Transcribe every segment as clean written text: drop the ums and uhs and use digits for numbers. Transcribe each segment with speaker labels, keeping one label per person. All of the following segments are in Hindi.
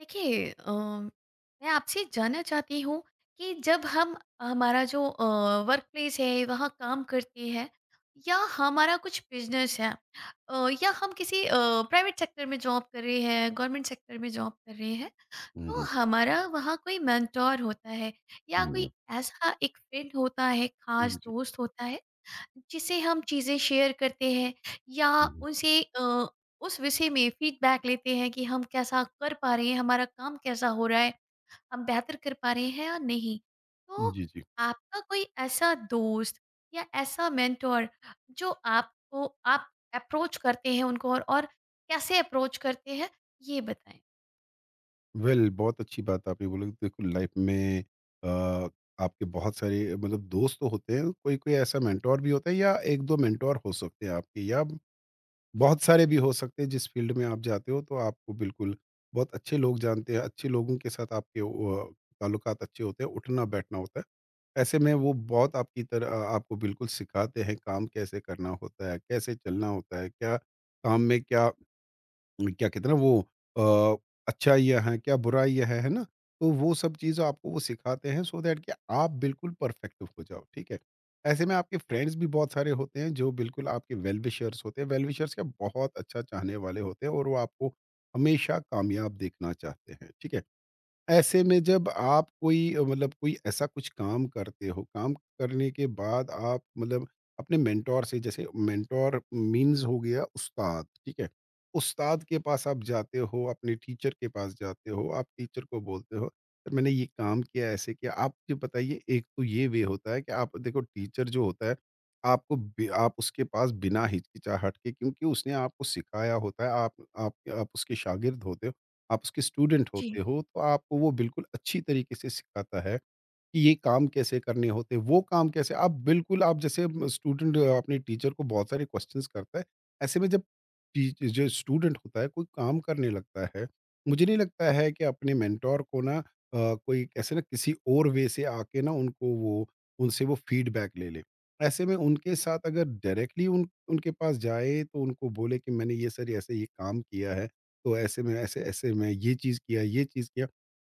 Speaker 1: देखिए मैं आपसे जानना चाहती हूँ कि जब हम हमारा जो वर्क प्लेस है वहाँ काम करते हैं या हमारा कुछ बिजनेस है, या हम किसी प्राइवेट सेक्टर में जॉब कर रहे हैं गवर्नमेंट सेक्टर में जॉब कर रहे हैं।
Speaker 2: हुँ,
Speaker 1: तो
Speaker 2: हुँ,
Speaker 1: हमारा वहाँ कोई मेंटोर होता है या कोई
Speaker 2: हुँ,
Speaker 1: ऐसा एक फ्रेंड होता है, खास
Speaker 2: हुँ, जी।
Speaker 1: दोस्त होता है जिसे हम चीज़ें शेयर करते हैं या
Speaker 2: हुँ,
Speaker 1: उनसे उस विषय में फीडबैक लेते हैं कि हम कैसा कर पा रहे हैं, हमारा काम कैसा हो रहा है, हम बेहतर कर पा रहे हैं या नहीं। तो
Speaker 2: हुँ, जी, जी।
Speaker 1: आपका कोई ऐसा दोस्त या ऐसा मेंटर जो आपको, आप अप्रोच करते हैं उनको और कैसे अप्रोच करते हैं ये बताएँ?
Speaker 2: वेल बहुत अच्छी बात आपने बोला कि देखो लाइफ में अ, आपके बहुत सारे मतलब दोस्त तो होते हैं, कोई-कोई ऐसा मेंटर भी होता है या 1-2 मेंटर हो सकते हैं आपके या बहुत सारे भी हो सकते हैं जिस फील्ड में आप जाते हो, तो आपको बिल्कुल बहुत अच्छे लोग जानते हैं, अच्छे लोगों के साथ आपके ताल्लुकात अच्छे होते हैं, उठना-बैठना होता है। ऐसे में वो बहुत आपकी तरह आपको बिल्कुल सिखाते हैं काम कैसे करना होता है, कैसे चलना होता है, क्या काम में क्या क्या कहते हैं ना वो अ, अच्छा यह है, क्या बुरा यह है ना? तो वो सब चीज़ आपको वो सिखाते हैं सो दैट कि आप बिल्कुल परफेक्ट हो जाओ, ठीक है? ऐसे में आपके फ्रेंड्स भी बहुत सारे होते हैं जो बिल्कुल आपके वेल विशर्स होते हैं, वेल विशर्स क्या बहुत अच्छा चाहने वाले होते हैं और वो आपको हमेशा कामयाब देखना चाहते हैं, ठीक है? ऐसे में जब आप कोई मतलब कोई ऐसा कुछ काम करते हो, काम करने के बाद आप मतलब अपने मेंटोर से जैसे मेंटोर मीन्स हो गया उस्ताद, ठीक है? उस्ताद के पास आप जाते हो, अपने टीचर के पास जाते हो, आप टीचर को बोलते हो, "सर मैंने ये काम किया, ऐसे किया।" आप मुझे बताइए एक तो ये वे होता है कि आप देखो टीचर जो होता है, आपको बि आप उसके पास बिना हिचकिचाहट के क्योंकि उसने आपको सिखाया होता है, आप उसके शागिर्द होते हो। आप उसके स्टूडेंट
Speaker 1: जी।
Speaker 2: होते हो, तो आपको वो बिल्कुल अच्छी तरीके से सिखाता है। कि ये काम कैसे करने होते हैं, वो काम कैसे आप बिल्कुल आप जैसे स्टूडेंट अपने टीचर को बहुत सारे क्वेश्चंस करता है। ऐसे में जब टी जो स्टूडेंट होता है, कोई काम करने लगता है, मुझे नहीं लगता है कि अपने मेंटर को ना कोई ऐसे ना किसी और वे से आके ना उनको वो उनसे वो फीडबैक ले ले। ऐसे में उनके साथ अगर डायरेक्टली उन उनके पास जाए तो उनको बोले कि मैंने ये सर ऐसे ये काम किया है, तो ऐसे में ऐसे-ऐसे मैं ये चीज़ किया, ये चीज़ किया।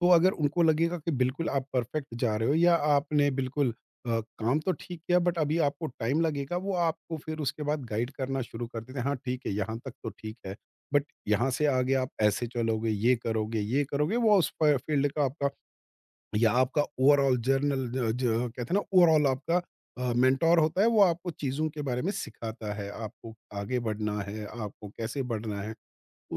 Speaker 2: तो अगर उनको लगेगा कि बिल्कुल आप परफेक्ट जा रहे हो या आपने बिल्कुल काम तो ठीक किया बट अभी आपको टाइम लगेगा, वो आपको फिर उसके बाद गाइड करना शुरू कर देते हैं, हाँ ठीक है, यहाँ तक तो ठीक है, बट यहाँ से आगे आप ऐसे चलोगे, ये करोगे, वो उस फ फील्ड का आपका या आपका ओवरऑल जर्नल ज ज कहते हैं ना ओवरऑल आपका मेंटर होता है, वो आपको चीज़ों के बारे में सिखाता है, आपको आगे बढ़ना है, आपको कैसे बढ़ना है।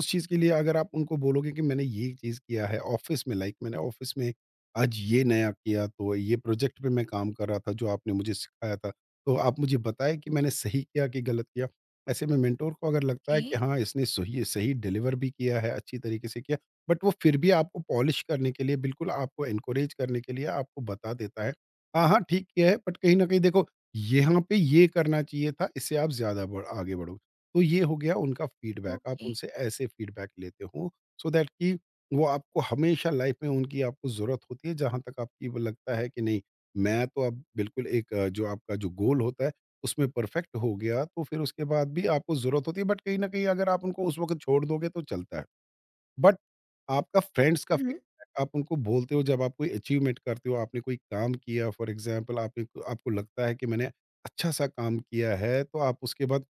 Speaker 2: उस चीज़ के लिए अगर आप उनको बोलोगे कि मैंने ये चीज़ किया है ऑफिस में लाइक मैंने ऑफिस में आज ये नया किया तो ये प्रोजेक्ट पे मैं काम कर रहा था जो आपने मुझे सिखाया था तो आप मुझे बताएं कि मैंने सही किया कि गलत किया ऐसे में मेंटोर को अगर लगता है
Speaker 1: ओके,
Speaker 2: कि हाँ इसने सही सही डिलीवर भी किया है अच्छी तरीके से किया बट वो फिर भी आपको पॉलिश करने के लिए बिल्कुल आपको इनक्रेज करने के लिए आपको बता देता है हाँ हाँ ठीक किया है बट कहीं ना कहीं देखो यहाँ पे ये करना चाहिए था इससे आप ज्यादा बढ़, आगे बढ़ो। तो ये हो गया उनका फीडबैक। आप
Speaker 1: ओके।
Speaker 2: उनसे ऐसे फीडबैक लेते हो सो दैट कि वो आपको हमेशा लाइफ में उनकी आपको ज़रूरत होती है जहाँ तक आपकी वो लगता है कि नहीं मैं तो अब बिल्कुल एक जो आपका जो गोल होता है उसमें परफेक्ट हो गया तो फिर उसके बाद भी आपको ज़रूरत होती है बट कहीं न कहीं अगर आप उनको उस वक़्त छोड़ दोगे तो चलता है। बट आपका फ्रेंड्स का
Speaker 1: हुँ,
Speaker 2: फीडबैक आप उनको बोलते हो जब आप कोई अचीवमेंट करते हो, आपने कोई काम किया फॉर एग्ज़ाम्पल आपने आपको लगता है कि मैंने अच्छा-सा काम किया है तो आप उसके बाद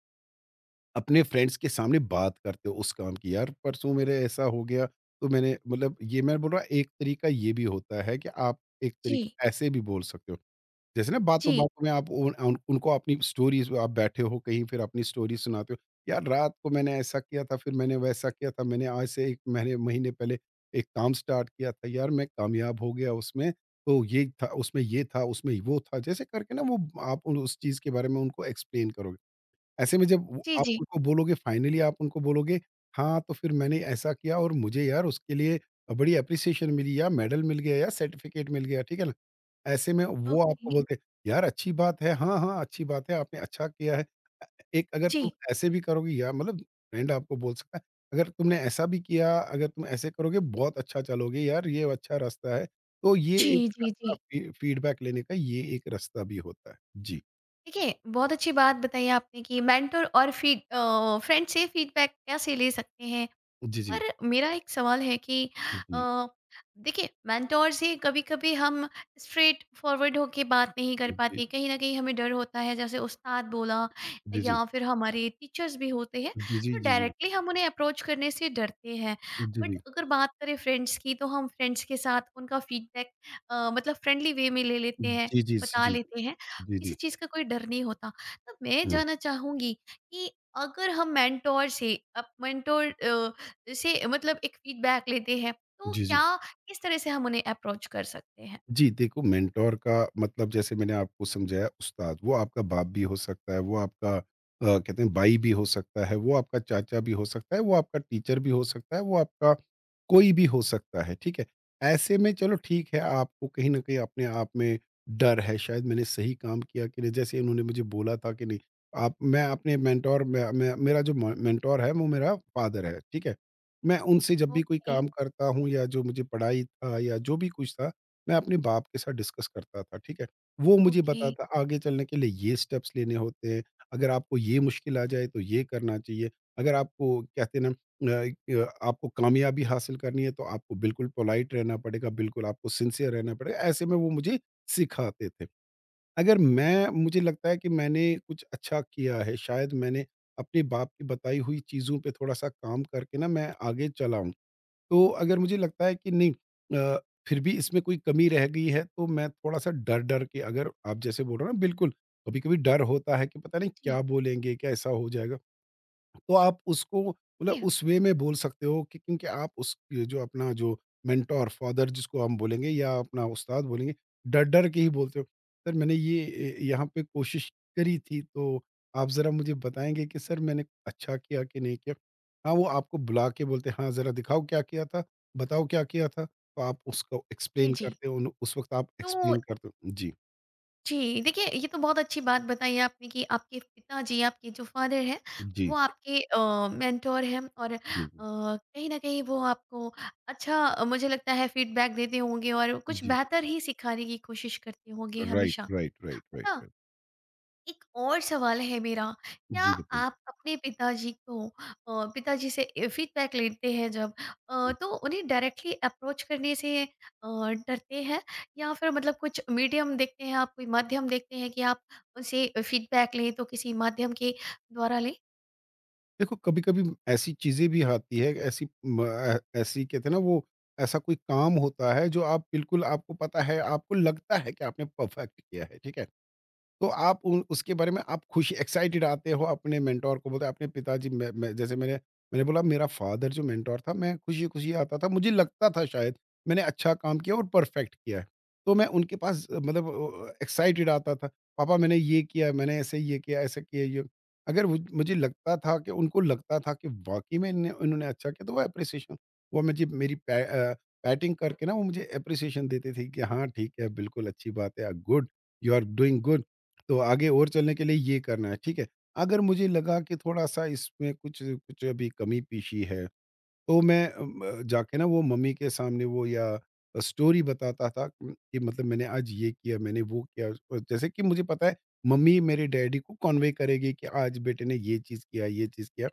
Speaker 2: अपने फ्रेंड्स के सामने बात करते हो उस काम की यार परसों मेरे ऐसा हो गया तो मैंने मतलब ये मैं बोल रहा हूं, एक तरीका ये भी होता है कि आप एक
Speaker 1: जी,
Speaker 2: तरीके ऐसे भी बोल सकते हो जैसे ना बातों
Speaker 1: जी,
Speaker 2: बातों में आप उन, उन, उनको अपनी स्टोरीज आप बैठे हो कहीं फिर अपनी स्टोरी सुनाते हो यार रात को मैंने ऐसा किया था फिर मैंने वैसा किया था मैंने आज से एक महीने महीने पहले एक काम स्टार्ट किया था यार मैं कामयाब हो गया उसमें तो ये था उसमें वो था जैसे करके ना वो आप उस चीज के बारे में उनको एक्सप्लेन करोगे ऐसे में जब वो
Speaker 1: जी,
Speaker 2: आप
Speaker 1: जी।
Speaker 2: उनको बोलोगे फाइनली आप उनको बोलोगे, हाँ, तो फिर मैंने ऐसा किया और मुझे यार उसके लिए बड़ी एप्रिसिएशन मिली या मेडल मिल गया या सर्टिफ़िकेट मिल गया, ठीक है ना? ऐसे में वो
Speaker 1: ओके।
Speaker 2: आपको बोलते हैं, "यार अच्छी बात है, हाँ, हाँ, अच्छी बात है, आपने अच्छा किया है।" एक अगर तुम
Speaker 1: जी,
Speaker 2: ऐसे भी करोगे या मतलब फ्रेंड आपको बोल सकता है, "अगर तुमने ऐसा भी किया, अगर तुम ऐसे करोगे बहुत अच्छा चलोगे यार, ये अच्छा रास्ता है।" तो ये
Speaker 1: जी,
Speaker 2: एक
Speaker 1: जी,
Speaker 2: रास्ता
Speaker 1: जी।
Speaker 2: फी फीडबैक लेने का ये एक रास्ता भी होता है। जी।
Speaker 1: देखिए, बहुत अच्छी बात बताई आपने कि मेंटर और फ्रेंड से फीडबैक कैसे ले सकते हैं,
Speaker 2: जी, जी।
Speaker 1: पर मेरा एक सवाल है कि
Speaker 2: जी।
Speaker 1: अ, देखिए मेंटोर से कभी-कभी हम स्ट्रेट फॉरवर्ड होके बात नहीं कर
Speaker 2: जी।
Speaker 1: पाते। कहीं न कहीं हमें डर होता है, जैसे उस्ताद बोला
Speaker 2: जी, जी।
Speaker 1: या फिर हमारे टीचर्स भी होते हैं,
Speaker 2: जी, जी,
Speaker 1: तो
Speaker 2: जी, जी।
Speaker 1: डायरेक्टली हम उन्हें अप्रोच करने से डरते हैं।
Speaker 2: जी,
Speaker 1: बट
Speaker 2: जी।
Speaker 1: अगर बात करें फ्रेंड्स की, तो हम फ्रेंड्स के साथ उनका फीडबैक मतलब फ्रेंडली वे में ले लेते हैं,
Speaker 2: जी, जी, जी,
Speaker 1: बता
Speaker 2: जी।
Speaker 1: लेते हैं।
Speaker 2: जी, जी।
Speaker 1: किसी चीज़ का कोई डर नहीं होता। तो मैं
Speaker 2: हुँ।
Speaker 1: जानना चाहूँगी कि अगर हम मेंटोर से मतलब एक फीडबैक लेते हैं, तो
Speaker 2: जी, जी।
Speaker 1: क्या किस तरह से हम उन्हें अप्रोच कर सकते हैं?
Speaker 2: जी, देखो मेंटोर का मतलब जैसे मैंने आपको समझाया उस्ताद, वो आपका बाप भी हो सकता है, वो आपका कहते हैं भाई भी हो सकता है, वो आपका चाचा भी हो सकता है, वो आपका टीचर भी हो सकता है, वो आपका कोई भी हो सकता है, ठीक है? ऐसे में चलो ठीक है, आपको कहीं न कहीं अपने आप में डर है, शायद मैंने सही काम किया कि नहीं, जैसे इन्होंने मुझे बोला था कि नहीं आप मैं अपने मेंटोर मैं मेरा जो म मेंटोर है, वो मेरा फ़ादर है, ठीक है? मैं उनसे जब भी कोई
Speaker 1: ओके,
Speaker 2: काम करता हूँ या जो मुझे पढ़ाई था या जो भी कुछ था मैं अपने बाप के साथ डिस्कस करता था, ठीक है? वो मुझे
Speaker 1: ओके।
Speaker 2: बताता आगे चलने के लिए ये स्टेप्स लेने होते हैं, अगर आपको ये मुश्किल आ जाए तो ये करना चाहिए, अगर आपको कहते हैं ना अ, क आपको कामयाबी हासिल करनी है तो आपको बिल्कुल पोलाइट रहना पड़ेगा, बिल्कुल आपको सिंसियर रहना पड़ेगा, ऐसे में वो मुझे सिखाते थे। अगर मैं मुझे लगता है कि मैंने कुछ अच्छा किया है, शायद मैंने अपने बाप की बताई हुई चीज़ों पे थोड़ा-सा काम करके ना मैं आगे चला हूँ। तो अगर मुझे लगता है कि नहीं अ, फिर भी इसमें कोई कमी रह गई है तो मैं थोड़ा-सा डर-डर के अगर आप जैसे बोल रहे हो ना बिल्कुल, कभी-कभी डर होता है कि पता नहीं
Speaker 1: जी।
Speaker 2: क्या बोलेंगे? कैसा हो जाएगा? तो आप उसको
Speaker 1: ठीक
Speaker 2: मतलब
Speaker 1: है।
Speaker 2: उस वे में बोल सकते हो कि क्योंकि आप उस ये जो अपना जो मेंटोर फादर जिसको हम बोलेंगे या अपना उस्ताद बोलेंगे, डर-डर के ही बोलते हो, "सर मैंने यहाँ पे कोशिश करी थी, तो आप ज़रा मुझे बताएँगे कि सर मैंने अच्छा किया कि नहीं किया?" हाँ, वो आपको बुला के बोलते हैं, "हाँ, ज़रा दिखाओ क्या किया था? बताओ क्या किया था?" तो आप उसको
Speaker 1: जी,
Speaker 2: एक्सप्लेन
Speaker 1: जी।
Speaker 2: करते हो, उन उस वक़्त आप
Speaker 1: तो
Speaker 2: एक्सप्लेन करते हो। जी,
Speaker 1: जी, देखिए ये तो बहुत अच्छी बात बताई आपने कि आपके पिताजी, आपके जो फ़ादर हैं,
Speaker 2: जी,
Speaker 1: वो आपके मेंटर हैं और
Speaker 2: जी, जी,
Speaker 1: कहीं न कहीं वो आपको अच्छा मुझे लगता है फीडबैक देते होंगे और कुछ
Speaker 2: जी,
Speaker 1: बेहतर ही सिखाने की कोशिश करते होंगे
Speaker 2: राइट,
Speaker 1: हमेशा,
Speaker 2: राइट, राइट,
Speaker 1: है
Speaker 2: राइट,
Speaker 1: ना?
Speaker 2: राइट।
Speaker 1: एक और सवाल है मेरा, क्या
Speaker 2: जी, बताइए।
Speaker 1: आप अपने पिताजी को अ, पिताजी से ए फीडबैक लेते हैं जब, तो उन्हें डायरेक्टली अप्रोच करने से डरते हैं? या फिर मतलब कुछ मीडियम देखते हैं आप, कोई माध्यम देखते हैं कि आप उनसे फीडबैक लें तो किसी माध्यम के द्वारा लें?
Speaker 2: देखो कभी-कभी ऐसी चीज़ें भी आती है, ऐसी कहते हैं ना वो ऐसा कोई काम होता है जो आप बिल्कुल आपको पता है, आपको लगता है कि आपने परफेक्ट किया है, ठीक है? तो आप उन उसके बारे में आप खुश एक्साइटेड आते हो अपने मेंटोर को बोलते हो, अपने पिताजी मैं जैसे मैंने मैंने बोला मेरा फादर जो मेंटोर था मैं खुशी-खुशी आता था। मुझे लगता था शायद मैंने अच्छा काम किया और परफेक्ट किया है। तो मैं उनके पास मतलब मतलब एक्साइटेड आता था, पापा मैंने ये किया, मैंने ऐसे ये किया, ऐसा किया ये। अगर मुझे लगता था कि उनको लगता था कि वाक़ई में इन्होंने इन्होंने अच्छा किया तो वो एप्रिसिएशन वो मुझे बैटिंग करके ना वो मुझे एप्रिसिएशन देते थे कि हाँ, ठीक है बिल्कुल अच्छी बात है। Good, you are doing good. तो आगे और चलने के लिए ये करना है, ठीक है। अगर मुझे लगा कि थोड़ा-सा इसमें कुछ कुछ अभी कमी-पेशी है, तो मैं जाके ना वो मम्मी के सामने वो या स्टोरी बताता था कि मतलब मैंने आज ये किया, मैंने वो किया। जैसे कि मुझे पता है मम्मी मेरे डैडी को कन्वे करेगी कि आज बेटे ने ये चीज़ किया, ये चीज़ किया।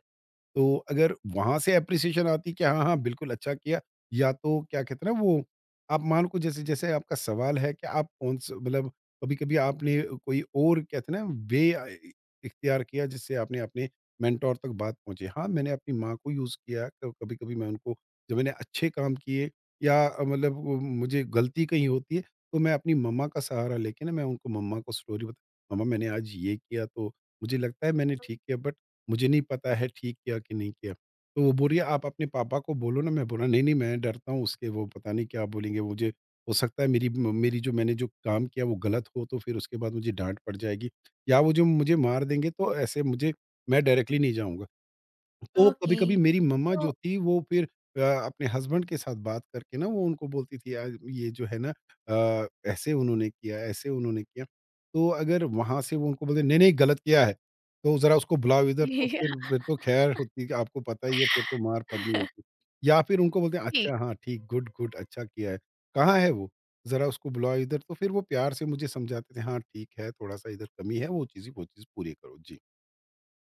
Speaker 2: तो अगर वहाँ से एप्रिसिएशन आती कि हाँ, हाँ, बिल्कुल अच्छा किया या तो क्या कहते हैं ना वो आप मान को जैसे जैसे आपका सवाल है कि आप कौन सा मतलब कभी-कभी आपने कोई और कहते हैं ना वे इख्तियार किया जिससे आपने अपने मेंटर तक बात पहुँची। हाँ, मैंने अपनी माँ को यूज़ किया तो कभी-कभी मैं उनको जब मैंने अच्छे काम किए या मतलब वो मुझे गलती कहीं होती है तो मैं अपनी मम्मा का सहारा लेके ना मैं उनको मम्मा को स्टोरी बता मम्मा मैंने आज ये किया तो मुझे लगता है मैंने ठीक किया बट मुझे नहीं पता है ठीक किया कि नहीं किया। तो वो बोल रही है आप अपने पापा को बोलो ना, मैं बोला नहीं, नहीं मैं डरता हूँ उसके वो पता नहीं क्या बोलेंगे मुझे। हो सकता है मेरी जो मैंने जो काम किया वो गलत हो तो फिर उसके बाद मुझे डाँट पड़ जाएगी या वो जो मुझे मार देंगे तो ऐसे मुझे मैं डायरेक्टली नहीं जाऊँगा। तो
Speaker 1: ओके।
Speaker 2: कभी-कभी मेरी मम्मा
Speaker 1: तो
Speaker 2: जो थी वो फिर अपने हस्बैंड के साथ बात करके ना वो उनको बोलती थी आज ये जो है ना ऐसे उन्होंने किया, ऐसे उन्होंने किया। तो अगर वहाँ से वो उनको बोलते नहीं, नहीं गलत किया है, तो ज़रा उसको बुलाओ इधर तो
Speaker 1: जी,
Speaker 2: फिर
Speaker 1: हाँ
Speaker 2: फिर तो खैर होती है आपको पता ही है फिर तो मार पड़नी होती। या फिर उनको बोलते हैं
Speaker 1: जी।
Speaker 2: अच्छा हाँ ठीक, गुड, गुड अच्छा किया है। कहाँ है वो? ज़रा उसको बुलाओ इधर तो फिर वो प्यार से मुझे समझाते थे हाँ ठीक है, थोड़ा-सा इधर कमी है वो चीज़ पूरी करो। जी।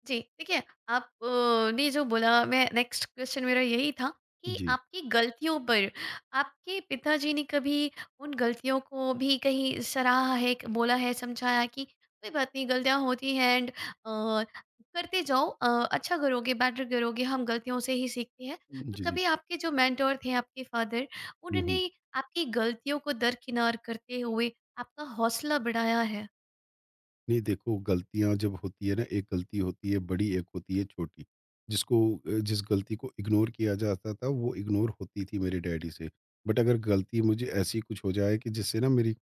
Speaker 1: जी, देखिए आप ने जो बोला मैं नेक्स्ट क्वेश्चन मेरा यही था कि
Speaker 2: जी।
Speaker 1: आपकी गलतियों पर आपके पिताजी ने कभी उन गलतियों को भी कहीं सराहा है, क बोला है, समझाया कि कोई बात नहीं गलतियाँ होती हैं एंड अ, करते जाओ, अच्छा करोगे, बेटर करोगे, हम गलतियों से ही सीखते हैं। तो
Speaker 2: जी, जी।
Speaker 1: कभी आपके जो मेंटर थे आपके फादर,
Speaker 2: हुँ, हुँ।
Speaker 1: उन्होंने आपकी गलतियों को दरकिनार करते हुए आपका हौसला बढ़ाया है?
Speaker 2: नहीं देखो गलतियाँ जब होती है ना, एक गलती होती है बड़ी, एक होती है छोटी। जिसको जिस गलती को इग्नोर किया जाता था वो इग्नोर होती थी मेरे डैडी से। बट अगर गलती मुझे ऐसी कुछ हो जाए कि जिससे ना मेरी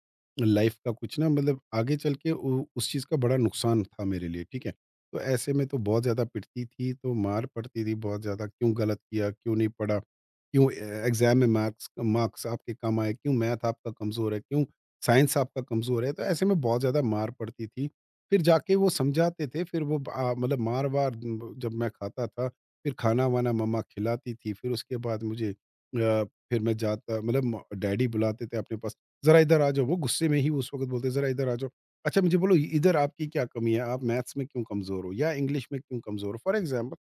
Speaker 2: लाइफ़ का कुछ ना मतलब आगे चल के उ उस चीज़ का बड़ा नुकसान था मेरे लिए, ठीक है? तो ऐसे में तो बहुत ज़्यादा पिटती थी, तो मार पड़ती थी बहुत ज़्यादा, क्यों गलत किया, क्यों नहीं पढ़ा, क्यों ए एग्ज़ाम में मार्क्स मार्क्स आपके कम आए, क्यों मैथ आपका कमज़ोर है, क्यों साइंस आपका कमज़ोर है? तो ऐसे में बहुत ज़्यादा मार पड़ती थी। फिर जाके वो समझाते थे, फिर वो मतलब मार-वार ब जब मैं खाता था, फिर खाना-वाना मम्मा खिलाती थी, फिर उसके बाद मुझे फिर मैं जाता मतलब म डैडी बुलाते थे अपने पास, "ज़रा इधर आ जाओ।" वो गुस्से में ही उस वक़्त बोलते, "ज़रा इधर आ जाओ। अच्छा मुझे बोलो इधर आपकी क्या कमी है? आप मैथ्स में क्यों कमज़ोर हो या इंग्लिश में क्यों कमज़ोर हो?" फ़ॉर एग्ज़ाम्पल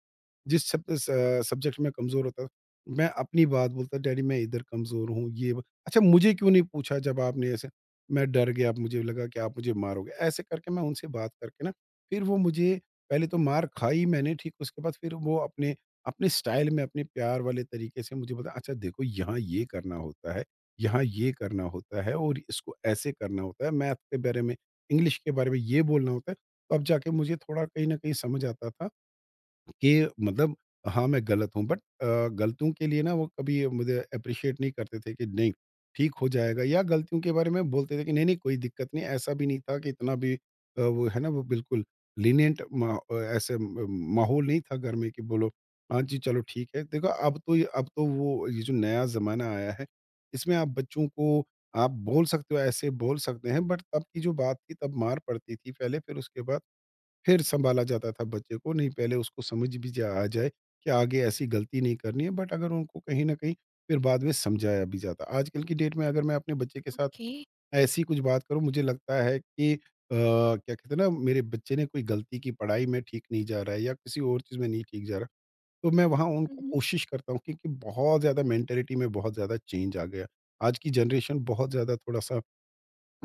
Speaker 2: जिस शब्द सब्जेक्ट में कमज़ोर होता था, मैं अपनी बात बोलता डैडी मैं इधर कमज़ोर हूँ ये ब अच्छा मुझे क्यों नहीं पूछा जब आपने ऐसे? मैं डर गया मुझे लगा कि आप मुझे मारोगे। ऐसे करके मैं उनसे बात करके ना फिर वो मुझे पहले तो मार खाई मैंने ठीक उसके बाद फिर वो अपने अपने स्टाइल में अपने प्यार वाले तरीके से मुझे बताया अच्छा देखो यहाँ ये करना होता है, यहाँ ये करना होता है और इसको ऐसे करना होता है, मैथ के बारे में, इंग्लिश के बारे में ये बोलना होता है। तब जाके मुझे थोड़ा कहीं न कहीं समझ आता था। कि मतलब हाँ, मैं गलत हूँ बट गलतियों के लिए ना वो कभी मुझे एप्रिशिएट नहीं करते थे कि नहीं, ठीक हो जाएगा या गलतियों के बारे में बोलते थे कि नहीं, नहीं कोई दिक्कत नहीं, ऐसा भी नहीं था कि इतना भी वो है ना वो बिल्कुल लीनिएंट ऐसे म माहौल नहीं था घर में कि बोलो, हाँ जी, चलो ठीक है। देखो अब तो ये अब तो वो ये जो नया ज़माना आया है, इसमें आप बच्चों को आप बोल सकते हो, ऐसे बोल सकते हैं बट तब की जो बात थी तब मार पड़ती थी पहले, फिर उसके बाद फिर सँभाला जाता था बच्चे को, नहीं पहले उसको समझ भी जा आ जाए कि आगे ऐसी गलती नहीं करनी है, बट अगर उनको कहीं न कहीं फिर बाद में समझाया भी जाता। आजकल की डेट में अगर मैं अपने बच्चे के साथ
Speaker 1: ओके।
Speaker 2: ऐसी कुछ बात करूँ, मुझे लगता है कि क्या कहते हैं ना, मेरे बच्चे ने कोई गलती की पढ़ाई में ठीक नहीं जा रहा है या किसी और चीज़ में नहीं ठीक जा रहा, तो मैं वहाँ
Speaker 1: हुँ,
Speaker 2: उनको
Speaker 1: हुँ।
Speaker 2: कोशिश करता हूँ क्योंकि बहुत ज़्यादा मेंटालिटी में बहुत ज़्यादा चेंज आ गया। आज की जनरेशन बहुत ज़्यादा थोड़ा-सा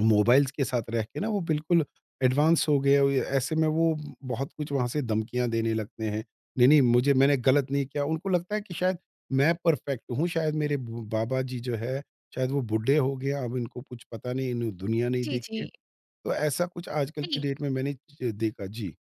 Speaker 2: मोबाइल्स के साथ रह के ना वो बिल्कुल एडवांस हो गए और ये ऐसे में वो बहुत कुछ वहाँ से धमकियाँ देने लगते हैं। नहीं, नहीं मुझे मैंने गलत नहीं किया। उनको लगता है कि शायद मैं परफेक्ट हूँ, शायद मेरे ब बाबा जी जो है शायद वो बूढ़े हो गए, अब इनको कुछ पता नहीं, इन्हों दुनिया नहीं
Speaker 1: जी,
Speaker 2: देखी है।
Speaker 1: जी।
Speaker 2: तो ऐसा कुछ आजकल की
Speaker 1: जी।
Speaker 2: डेट में मैंने ज देखा। जी।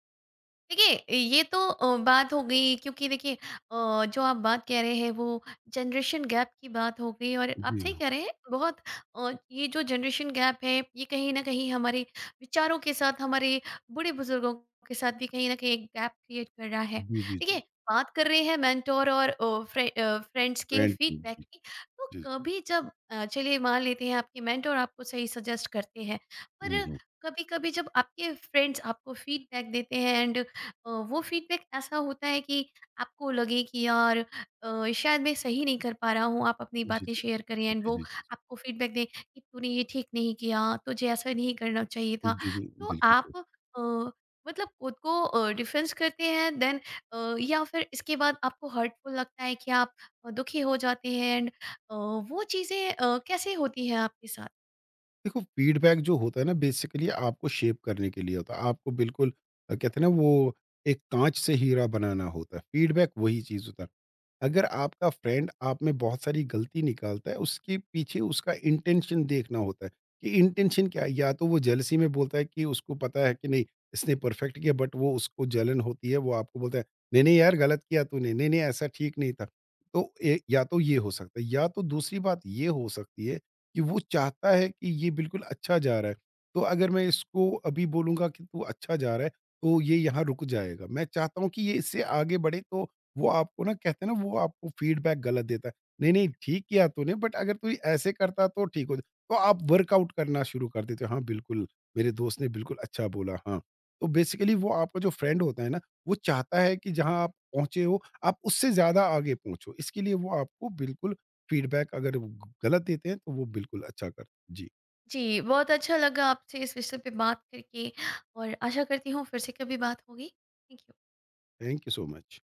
Speaker 1: देखिए ये तो बात हो गई क्योंकि देखिए जो आप बात कह रहे हैं वो जनरेशन गैप की बात हो गई और आप
Speaker 2: जी
Speaker 1: सही
Speaker 2: हाँ।
Speaker 1: कह रहे हैं। बहुत ये जो जनरेशन गैप है ये कहीं ना कहीं हमारे विचारों के साथ, हमारे बूढ़े बुजुर्गों के साथ भी कहीं ना कहीं एक गैप क्रिएट कर रहा है।
Speaker 2: जी, जी,
Speaker 1: देखिए,
Speaker 2: जी।
Speaker 1: बात कर रहे हैं मेंटोर और फ्रेंड्स के
Speaker 2: ट्रेंड की
Speaker 1: फीडबैक
Speaker 2: जी,
Speaker 1: की, तो
Speaker 2: जी।
Speaker 1: कभी जब चलिए मान लेते हैं आपके मेंटोर आपको सही सजेस्ट करते हैं,
Speaker 2: हुँ,
Speaker 1: पर
Speaker 2: हुँ।
Speaker 1: कभी कभी जब आपके फ्रेंड्स आपको फीडबैक देते हैं एंड वो फीडबैक ऐसा होता है कि आपको लगे कि यार शायद मैं सही नहीं कर पा रहा हूँ। आप अपनी
Speaker 2: जी,
Speaker 1: बातें
Speaker 2: जी।
Speaker 1: शेयर करें एंड
Speaker 2: जी,
Speaker 1: वो
Speaker 2: जी, जी।
Speaker 1: आपको फीडबैक दें कि तूने ये ठीक नहीं किया, तुझे ऐसा नहीं करना चाहिए था,
Speaker 2: जी, जी।
Speaker 1: तो
Speaker 2: बिल्कुल
Speaker 1: आप
Speaker 2: सही।
Speaker 1: अ, मतलब खुद को डिफेंस करते हैं देन या फिर इसके बाद आपको हर्टफुल लगता है कि आप दुखी हो जाते हैं एंड वो चीज़ें कैसे होती हैं आपके साथ?
Speaker 2: देखो फीडबैक जो होता है ना बेसिकली आपको शेप करने के लिए होता है आपको बिल्कुल कहते हैं ना वो एक कांच से हीरा बनाना होता है फीडबैक वही चीज होता है अगर आपका फ्रेंड आप में बहुत सारी गलती निकालता है, उसके पीछे उसका इंटेंशन देखना होता है कि इंटेंशन क्या है? या तो वो जेलसी में बोलता है कि उसको पता है कि नहीं, इसने परफेक्ट किया बट वो उसको जलन होती है, वो आपको बोलता है, "नहीं-नहीं यार गलत किया तूने, नहीं-नहीं ऐसा ठीक नहीं था।" तो ए या तो ये हो सकता है या तो दूसरी बात ये हो सकती है कि वो चाहता है कि ये बिल्कुल अच्छा जा रहा है, तो अगर मैं इसको अभी बोलूँगा कि तू अच्छा जा रहा है, तो ये यहाँ रुक जाएगा। मैं चाहता हूँ कि ये इससे आगे बढ़े तो वो आपको ना कहते हैं ना वो आपको फीडबैक गलत देता है। नहीं, नहीं ठीक किया तूने बट अगर तू ऐसे करता तो ठीक हो तो आप वर्कआउट करना शुरू कर देते हो। हाँ, बिल्कुल, मेरे दोस्त ने बिल्कुल अच्छा बोला हाँ। तो बेसिकली वो आपका जो फ्रेंड होता है ना, वो चाहता है कि जहाँ आप पहुँचे हो, आप उससे ज़्यादा आगे पहुँचो। इसके लिए वो आपको बिल्कुल फीडबैक अगर ग गलत देते हैं तो वो बिल्कुल अच्छा कर जी,
Speaker 1: जी, बहुत अच्छा लगा आपसे इस विषय पे बात करके और आशा करती हूँ फिर से कभी बात होगी। Thank you.
Speaker 2: Thank you so much.